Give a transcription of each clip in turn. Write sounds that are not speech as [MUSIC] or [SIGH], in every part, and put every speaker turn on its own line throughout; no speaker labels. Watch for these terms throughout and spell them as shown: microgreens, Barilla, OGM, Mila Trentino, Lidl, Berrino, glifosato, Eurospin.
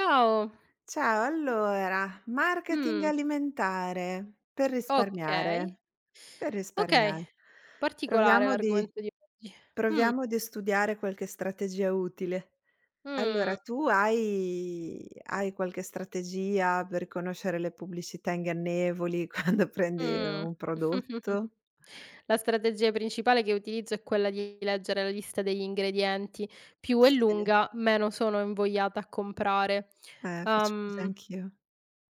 Ciao.
Ciao, allora, marketing
Mh,
alimentare per
okay.
risparmiare, per
Okay.
risparmiare.
Particolare
Proviamo di
l'argomento di oggi. Mh,
proviamo di studiare qualche strategia utile. Allora,
mh,
tu hai qualche strategia per riconoscere le pubblicità ingannevoli [LAUGHS] quando prendi
mh.
un prodotto?
[LAUGHS] La strategia principale che utilizzo è quella di leggere la lista degli ingredienti. Più è
Sì,
lunga, meno sono invogliata a comprare.
faccio così
Uhm,
anch'io.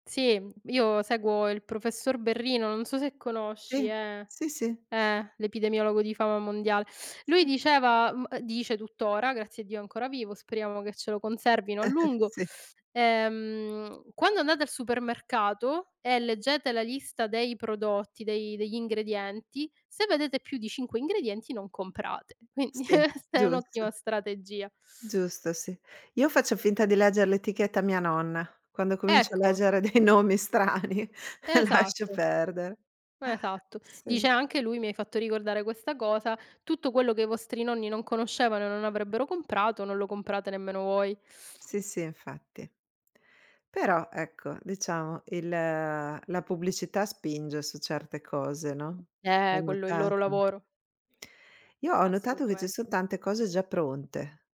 sì, io seguo il professor Berrino, non so se
Sì,
conosci, è
sì, sì,
L'epidemiologo di fama mondiale. Lui
sì,
diceva dice tuttora, grazie a Dio è ancora vivo, speriamo che ce lo conservino a
[LAUGHS]
lungo.
sì,
Quando andate al supermercato e leggete la lista dei prodotti, dei degli ingredienti, se vedete più di 5 ingredienti non comprate. Quindi
sì,
[LAUGHS] questa è un'ottima
giusto.
strategia.
Giusto, sì. Io faccio finta di legger l'etichetta a mia nonna. Quando comincio a
Ecco,
leggere dei nomi strani [LAUGHS] lascio
esatto.
perdere.
Esatto.
Sì,
Dice anche lui: "Mi hai fatto ricordare questa cosa, tutto quello che i vostri nonni non conoscevano e non avrebbero comprato, non lo comprate nemmeno voi."
sì, sì, infatti. Però ecco, diciamo il la pubblicità spinge su certe cose, no, hai
Quello è il loro
notato?
lavoro,
Io ho notato che ci
assolutamente.
son tante cose già pronte.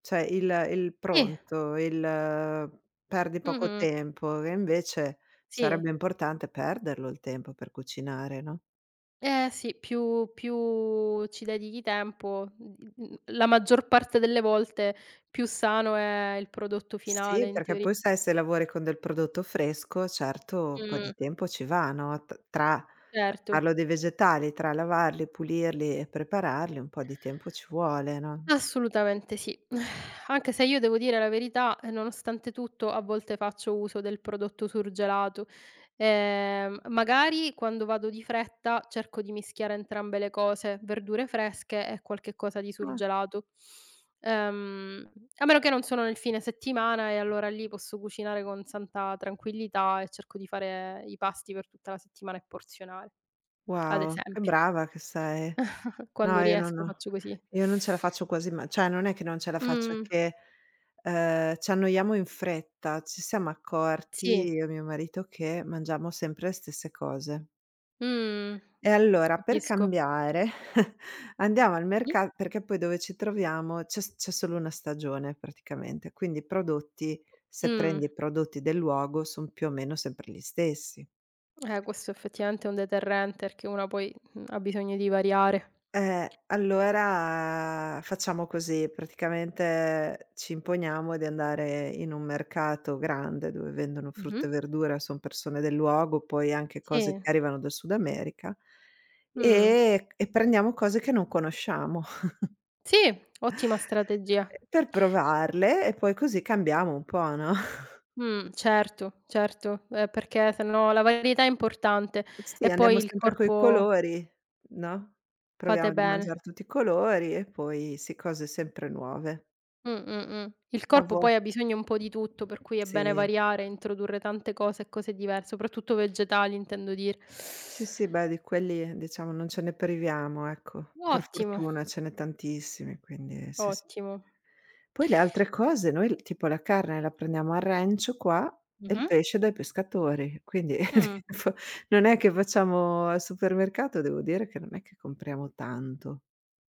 Cioè il
Sì,
pronto, il perdi poco
mh-mh,
tempo, e invece
sì.
sarebbe importante perderlo il tempo per cucinare, no?
Eh sì, più ci dedichi tempo, la maggior parte delle volte più sano è il prodotto finale
Sì,
in
perché
teoria.
poi sai se lavori con del prodotto fresco, certo un po' di
Mh,
tempo ci va, no, t tra
certo.
parlo dei vegetali, tra lavarli, pulirli e prepararli un po' di tempo ci vuole, no?
Assolutamente sì. [SIGHS] Anche se io devo dire la verità, nonostante tutto a volte faccio uso del prodotto surgelato. Magari quando vado di fretta cerco di mischiare entrambe le cose, verdure fresche e qualche cosa di
Ah,
surgelato. Ehm, A meno che non sono nel fine settimana e allora lì posso cucinare con santa tranquillità e cerco di fare i pasti per tutta la settimana e porzionare, ad
wow, che
esempio.
brava che sei.
[LAUGHS] Quando
No,
riesco faccio così.
io non ce la faccio quasi ma cioè non è che non ce la faccio, è
Mh,
che, ci annoiamo in fretta. Ci siamo
sì.
accorti, io e mio marito, che mangiamo sempre le stesse cose.
Mh,
E allora per
capisco.
cambiare [LAUGHS] andiamo al
Mh.
merca perché poi dove ci troviamo c'è solo una stagione praticamente, quindi i prodotti se
Mh.
prendi i prodotti del luogo, son più o meno sempre gli stessi.
Questo effettivamente è un deterrente, perché una poi, ha bisogno di variare.
Allora facciamo così, praticamente ci imponiamo di andare in un mercato grande dove vendono
Mh-mh.
frutta e verdura, son persone del luogo, poi anche cose
Sì.
che arrivano dal Sud America
Mh.
e prendiamo cose che non conosciamo [LAUGHS]
Sì, ottima strategia.
per provarle e poi così cambiamo un po', no. [LAUGHS]
Certo, certo, perché se no la varietà è importante
Sì,
e
andiamo
poi il
sempre coi
corpo
colori, no,
fate
proviamo di
bene.
mangiar tutti i colori e poi sì, cose sempre nuove.
Il
A
corpo
vo
poi ha bisogno un po' di tutto, per cui è bene
sì.
variare, introdurre tante cose e cose diverse, soprattutto vegetali intendo dire.
Sì, sì, beh, di quelli diciamo non ce ne priviamo, ecco. Per
Ottimo,
fortuna ce n'è tantissimi, quindi sì, sì.
ottimo.
Poi le altre cose noi l tipo la carne la prendiamo al rancio qua e il
Mh-mh.
pesce dai pescatori, quindi
Mh.
[LAUGHS] tipo non è che facciamo al supermercato, devo dire che non è che compriamo tanto.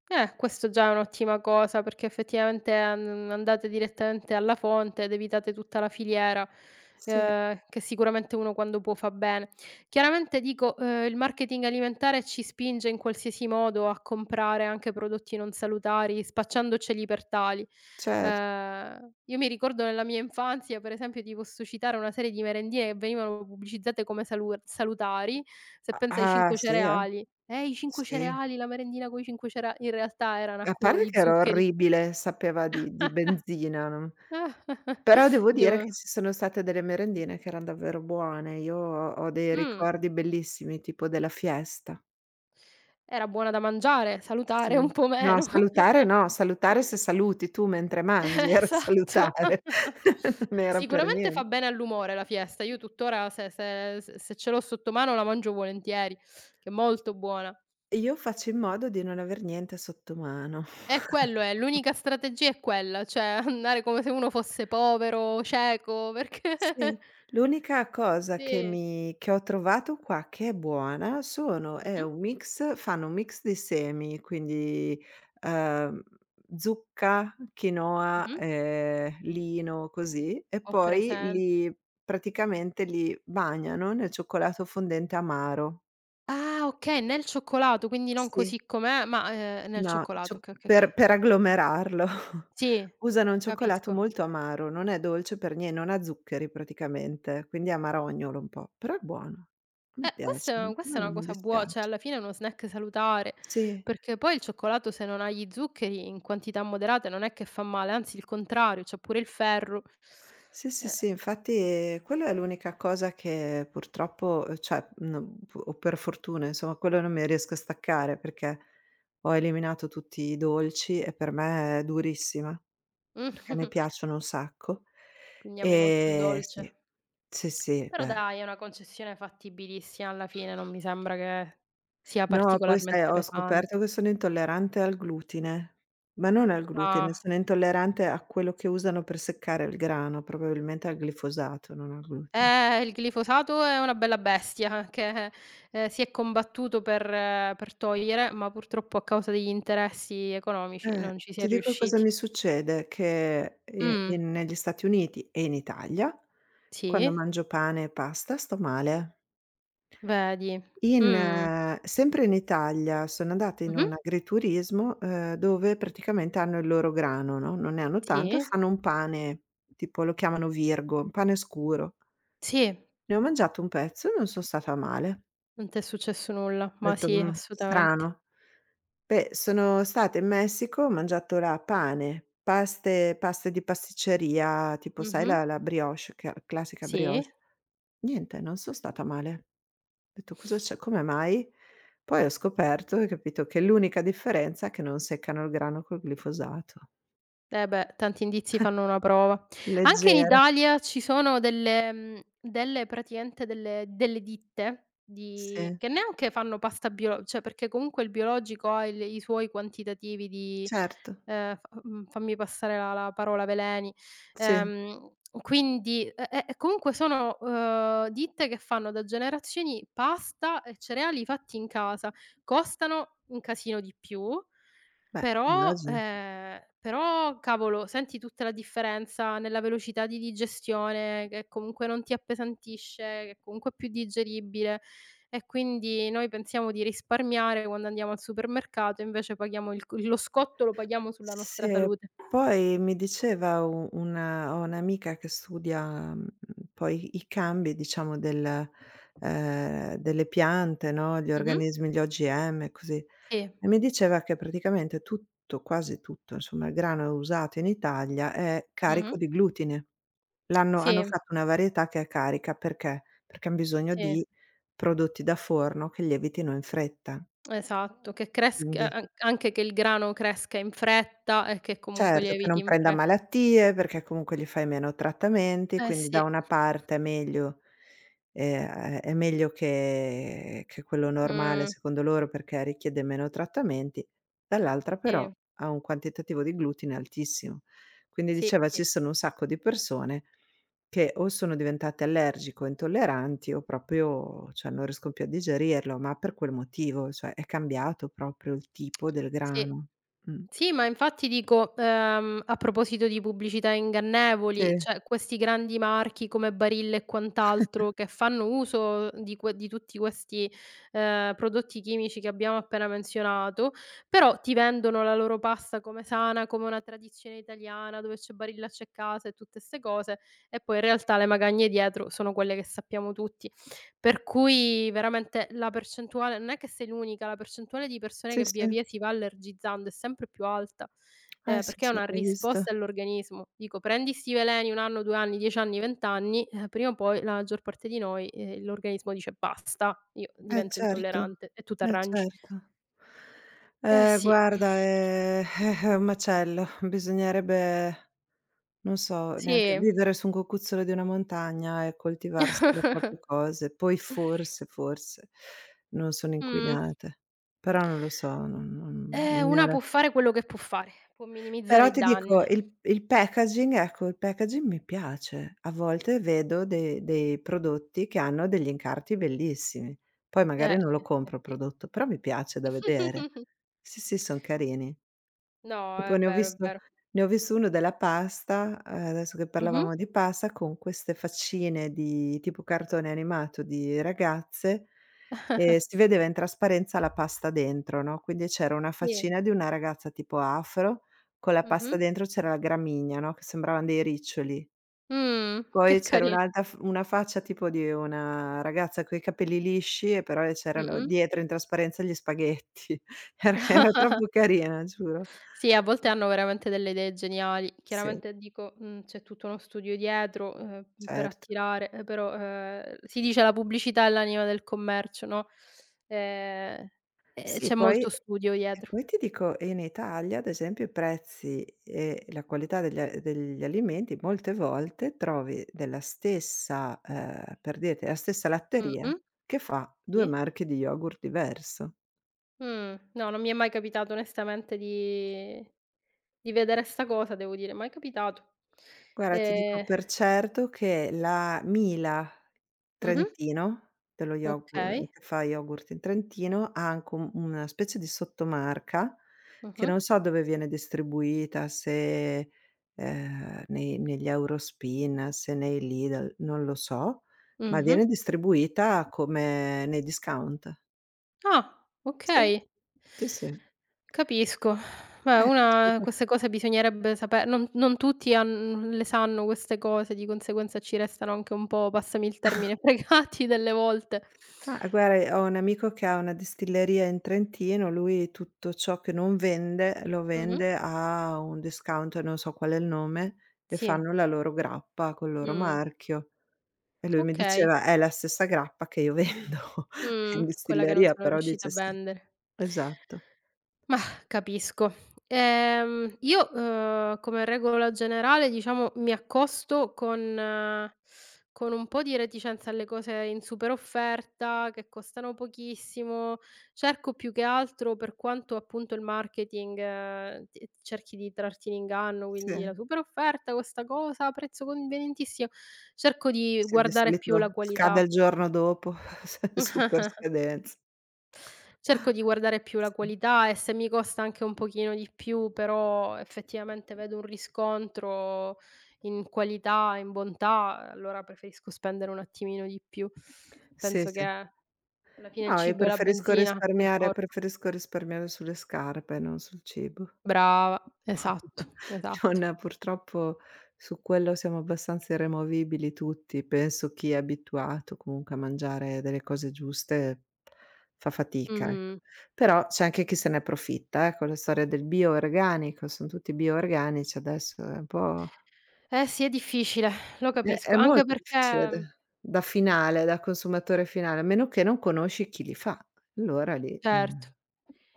Questo già è un'ottima cosa perché effettivamente an andate direttamente alla fonte ed evitate tutta la filiera,
Sì,
che sicuramente uno quando può fa bene. Chiaramente dico, il marketing alimentare ci spinge in qualsiasi modo a comprare anche prodotti non salutari, spacciandoceli per tali.
cer
Io mi ricordo nella mia infanzia, per esempio, ti posso citare una serie di merendine che venivano pubblicizzate come salutari, se
a
pensi ai
ah,
5
sì, eh.
cereali. I 5
Sì.
cereali, la merendina coi 5 cerea in realtà era un
A
accumulo
parte
di
che era
zuccheri.
orribile, sapeva di benzina, non.
[LAUGHS]
Però devo dire che
Devo
ci sono state delle merendine che eran davvero buone. Io ho dei
mh,
ricordi bellissimi, tipo della fiesta.
era buona da mangiare, salutare
Sì.
un po'
No,
meno.
salutare no,
[LAUGHS]
salutare se saluti tu mentre mangi, [LAUGHS] era
Esatto.
salutare,
[LAUGHS]
non era per
Sicuramente
nien
fa bene all'umore la fiesta. Io tuttora se ce l'ho sotto mano la mangio volentieri, che è molto buona.
io faccio in modo di non aver niente sotto mano.
Quello è, l'unica strategia è quella, cioè [LAUGHS] andare come se uno fosse povero, cieco, perché
Sì.
[LAUGHS]
L'unica cosa
sì.
che ho trovato qua che è buona sono è
Mh-mh,
un mix fanno un mix di semi, quindi, uhm, zucca, quinoa,
mh-mh,
lino, così, e
ho
poi
presente.
li praticamente li bagnano nel cioccolato fondente amaro.
Ah, okay, nel cioccolato, quindi non
Sì.
così com'è, ma, nel
No,
cioccolato.
cio
Okay, okay, okay.
per agglomerarlo. [LAUGHS]
Sì,
Usano un cioccolato
capisco.
molto amaro, non è dolce per nie non ha zuccheri praticamente, quindi è amarognolo un po', però è buono. A me piace,
Questa
no
è questa
quello
è
non
una
mi
cosa buo cioè
dispiace.
alla fine è uno snack salutare,
Sì,
perché poi il cioccolato se non ha gli zuccheri in quantità moderate non è che fa male, anzi il contrario, c'ha pure il ferro.
sì, sì,
Eh.
sì, infatti quello è l'unica cosa che purtroppo, cioè, non p o per fortuna insomma, quello non me ne riesco a staccare perché ho eliminato tutti i dolci e per me è durissima, perché mi
[LAUGHS]
piacciono un sacco.
Quindi ami molto il
Sì.
dolce.
Sì, sì,
Però
beh.
dai, è una concessione fattibilissima alla fine, non mi sembra che sia
No, poi sai
particolarmente
ho scoperto
pesante.
che sono intollerante al glutine, ma non al glutine,
Ah.
sono intollerante a quello che usano per seccare il grano, probabilmente al glifosato, non al glutine.
Il glifosato è una bella bestia che, si è combattuto per togliere, ma purtroppo a causa degli interessi economici non ci si
Ti
è
dico cosa
riusciti.
mi succede, che i
Mh,
in negli Stati Uniti e in Italia, quando
sì,
mangio pane e pasta sto male.
vedi.
In
Mh.
sempre in Italia, sono andata in un
Mh-mh.
agriturismo, dove praticamente hanno il loro grano, no, non ne hanno tanto e
Sì,
fanno un pane, tipo lo chiamano virgo, un pane scuro.
sì,
Ne ho mangiato un pezzo e non son stata male.
non t'è successo nulla,
Ho
ma
detto:
sì, assolutamente.
Strano". Beh, sono stata in Messico, ho mangiato là pane, paste di pasticceria, tipo sai
Mh-mh.
la brioche, che classica
Sì.
brioche. Niente, non son stata male. Detto: "Cosa c'è? Come mai?" Poi ho scoperto e capito che l'unica differenza è che non seccano il grano col glifosato.
Eh beh, tanti indizi fanno una prova. Anche in
Leggero,
Italia ci sono delle praticamente delle ditte di
sì,
che neanche fanno pasta bio cioè perché comunque il biologico ha il i suoi quantitativi di
certo,
fammi passare la parola veleni.
sì,
Ehm, quindi e comunque sono, ditte che fanno da generazioni pasta e cereali fatti in casa. Costano un casino di più
beh,
però
immagino.
ehm, però cavolo, senti tutta la differenza nella velocità di digestione, che comunque non ti appesantisce, che comunque è più digeribile e quindi noi pensiamo di risparmiare quando andiamo al supermercato, invece paghiamo il c lo scotto lo paghiamo sulla nostra
Sì,
salute.
poi mi diceva u una ho un'amica che studia, poi i cambi diciamo delle piante, no, gli
Mh-mh.
organismi, gli OGM e così, e
Sì.
mi diceva che praticamente tutto, quasi tutto, insomma, il grano usato in Italia è carico
Mh-mh.
di glutine. L'hanno hanno
Sì,
fatto una varietà che è carica, perché? Perché han bisogno
sì,
di prodotti da forno che lievitino in fretta.
esatto, che
Quindi
cresca an anche che il grano cresca in fretta e che comunque
Certo, che
lieviti
non
in
prenda
fre
malattie, perché comunque gli fai meno trattamenti,
eh
quindi da
sì.
una parte è meglio ehm, è meglio che quello normale
Mh,
secondo loro, perché richiede meno trattamenti, dall'altra però
sì,
ha un quantitativo di glutine altissimo. Quindi
sì,
diceva
sì.
ci sono un sacco di persone che o sono diventate allergiche o intolleranti o proprio cioè non riescono più a digerirlo, ma per quel motivo, cioè è cambiato proprio il tipo del
Sì,
grano. Mh.
sì, ma infatti dico, a proposito di pubblicità ingannevoli,
Sì.
cioè questi grandi marchi come Barilla e quant'altro che fanno uso di tutti questi, prodotti chimici che abbiamo appena menzionato, però ti vendono la loro pasta come sana, come una tradizione italiana, dove c'è Barilla c'è casa e tutte 'ste cose, e poi in realtà le magagne dietro sono quelle che sappiamo tutti. Per cui veramente la percentuale non è che sei l'unica, la percentuale di persone
Sì,
che via
sì.
via si va allergizzando è sempre più alta,
Sì,
perché è
sì,
una
ho visto.
risposta dell'organismo. Dico, prendi 'sti veleni 1 anno, 2 anni, 10 anni, 20 anni, prima o poi la maggior parte di noi, l'organismo dice: "Basta, io divento
Certo.
intollerante" e tu t'arrangi.
Certo.
Eh sì,
Guarda, è [LAUGHS] è un macello. Bisognerebbe, non so, neanche
sì.
vivere su un cocuzzolo di una montagna e coltivarsi le
[LAUGHS]
proprie cose. Poi forse, forse non sono
Mh.
inquinate, però non lo so, non non non ne ho
Una
la.
può fare quello che può fare, può minimizzare
Però
i
ti dico
danni.
il packaging ecco, il packaging mi piace. A volte vedo de dei prodotti che hanno degli incarti bellissimi. Poi magari non lo
Sì, eh
compro il
sì.
prodotto, però mi piace da vedere.
[LAUGHS]
Sì, sì, son carini.
No,
Tipo
è
ne ho
vero, è
visto
vero.
ne ho visto uno della pasta, adesso che
Mh-mh.
parlavamo di pasta, con queste faccine di tipo cartone animato di ragazze, e si vedeva in trasparenza la pasta dentro, no, quindi c'era una
Sì.
faccina di una ragazza tipo afro, con la pasta
Mh-mh.
dentro c'era la gramigna, no, che sembravan dei riccioli. Poi
Che
c'era
cari
un'altra f una faccia tipo di una ragazza coi capelli lisci e però e c'erano
mh-mh.
dietro in trasparenza gli spaghetti. [LAUGHS] Era
[LAUGHS]
troppo carina, giuro.
Sì, a volte hanno veramente delle idee geniali.
Sì,
Chiaramente dico, c'è tutto uno studio dietro, per
certo.
attirare, però, si dice la pubblicità è l'anima del commercio, no, ehm, e
Sì,
c'è
poi
molto studio
e
dietro.
poi ti dico, in Italia ad esempio i prezzi e la qualità degli alimenti molte volte trovi della stessa per dirti, la stessa latteria
Mh-mh.
che fa 2
Sì.
marche di yogurt diverso.
No, non mi è mai capitato onestamente di vedere 'sta cosa, devo dire, mai capitato.
Guarda, ti dico
Ehm
per certo che la Mila
Mh-mh.
Trentino, dello yogur
Okay.
che fa yogurt in Trentino, ha anche un una specie di sottomarca, che
Mh-mh.
non so dove viene distribuita, se, nei negli Eurospin, se nei Lidl, non lo so, ma
Mh-mh.
viene distribuita come nei discount.
Ah,
Sì,
okay,
sì, sì.
capisco. Beh,
Sì,
una queste
sì.
cose bisognerebbe sape non tutti han le sanno queste cose, di conseguenza ci restano anche un po', passami il termine, [LAUGHS] fregati delle volte.
Ma guarda, ho un amico che ha una distilleria in Trentino, lui tutto ciò che non vende lo
Mh-mh.
vende a un discount, non so qual è il nome, e
Sì.
fanno la loro grappa col loro
Mh.
marchio. E lui mi
Okay.
diceva: "È la stessa grappa che io vendo [LAUGHS] in
Quella che non
distilleria",
sono
però
riusciti a
dice sì,
vendere.
esatto.
Mah, capisco. Io, come regola generale, diciamo, mi accosto con un po' di reticenza alle cose in super offerta, che costano pochissimo. Cerco più che altro, per quanto appunto il marketing ti cerchi di trarti in inganno, quindi la
Sì,
super offerta, questa cosa a prezzo convenientissimo, cerco di
sì, di
guardare più
solito
la
scade
qualità.
il giorno dopo, [LAUGHS] super
[LAUGHS]
scadenza.
Cerco di guardare più la
Sì.
qualità e se mi costa anche un pochino di più, però effettivamente vedo un riscontro in qualità, in bontà, allora preferisco spendere un attimino di più.
Sì,
Penso
sì.
che alla fine il
No, io
cibo è la
preferisco
benzina del
risparmiare
corpo.
preferisco risparmiare sulle scarpe, non sul cibo.
Brava,
[LAUGHS]
esatto, esatto.
Non purtroppo su quello siamo abbastanza irremovibili tutti. Penso chi è abituato comunque a mangiare delle cose giuste fa fatica, ecco.
Mh-mh.
Però c'è anche chi se ne approfitta, con la storia del bio organico, son tutti bio organici adesso, è un po'
Eh sì, è difficile, lo
è
capisco, anche
molto difficile da
perché
da finale, da consumatore finale, a meno che non conosci chi li fa. Allora lì,
certo.
ehm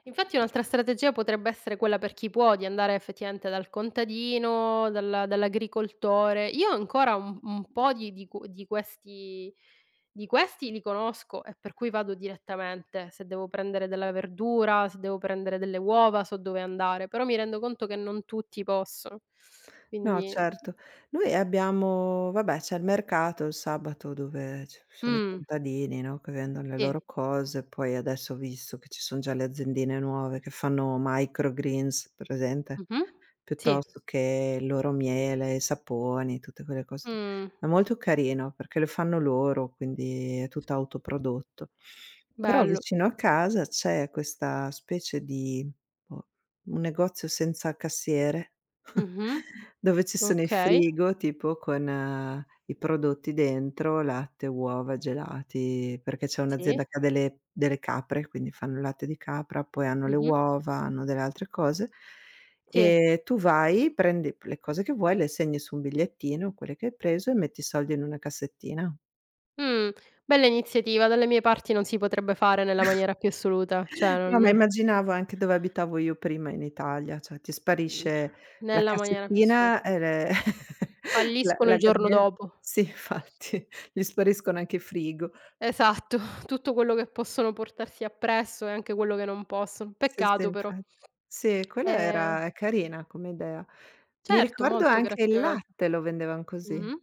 Infatti un'altra strategia potrebbe essere quella per chi può, di andare effettivamente dal contadino, dalla dall'agricoltore. Io ancora un po' di questi di questi li conosco e per cui vado direttamente. Se devo prendere della verdura, se devo prendere delle uova, so dove andare, però mi rendo conto che non tutti possono.
No,
Quindi
certo. Noi abbiamo Vabbè, c'è il mercato il sabato dove ci sono i
mh,
contadini, no, che vendono le
sì.
loro cose, poi adesso ho visto che ci son già le aziendine nuove che fanno microgreens, presente?
Mh-mh. Sì.
Piuttosto che il loro miele, saponi, tutte quelle cose lì.
Mh.
È molto carino perché lo fanno loro, quindi è tutto autoprodotto. Però
Bello.
vicino a casa c'è questa specie di boh, un negozio senza cassiere, [LAUGHS]
Mh-mh.
dove ci sono i
Okay.
frigo tipo con, i prodotti dentro, latte, uova, gelati, perché c'è
Sì.
un'azienda che ha delle capre, quindi fanno il latte di capra, poi hanno le
Mh-mh.
uova, hanno delle altre cose
Sì.
Ehm, tu vai, prendi p le cose che vuoi, le segni su un bigliettino, quelle che hai preso e metti i soldi in una cassettina.
Mh, Bella iniziativa. Dalle mie parti non si potrebbe fare nella maniera più assoluta, cioè
No, ma
non
immaginavo anche dove abitavo io prima in Italia, cioè ti
mhmm,
sparisce la
nella maniera più assoluta.
cassettina e le [LAUGHS] la
Falliscono
la
il giorno
gabbie
dopo.
sì, infatti, [LAUGHS] gli spariscono anche i frigo.
Esatto, [LAUGHS] tutto quello che possono portarsi appresso e anche quello che non possono.
Sì, sì,
Peccato però.
infa sì, quella
Ehm,
era è carina come idea. Mi
certo,
ricordo
molto
anche il
graziosa.
latte lo vendevan così.
Mh-mh.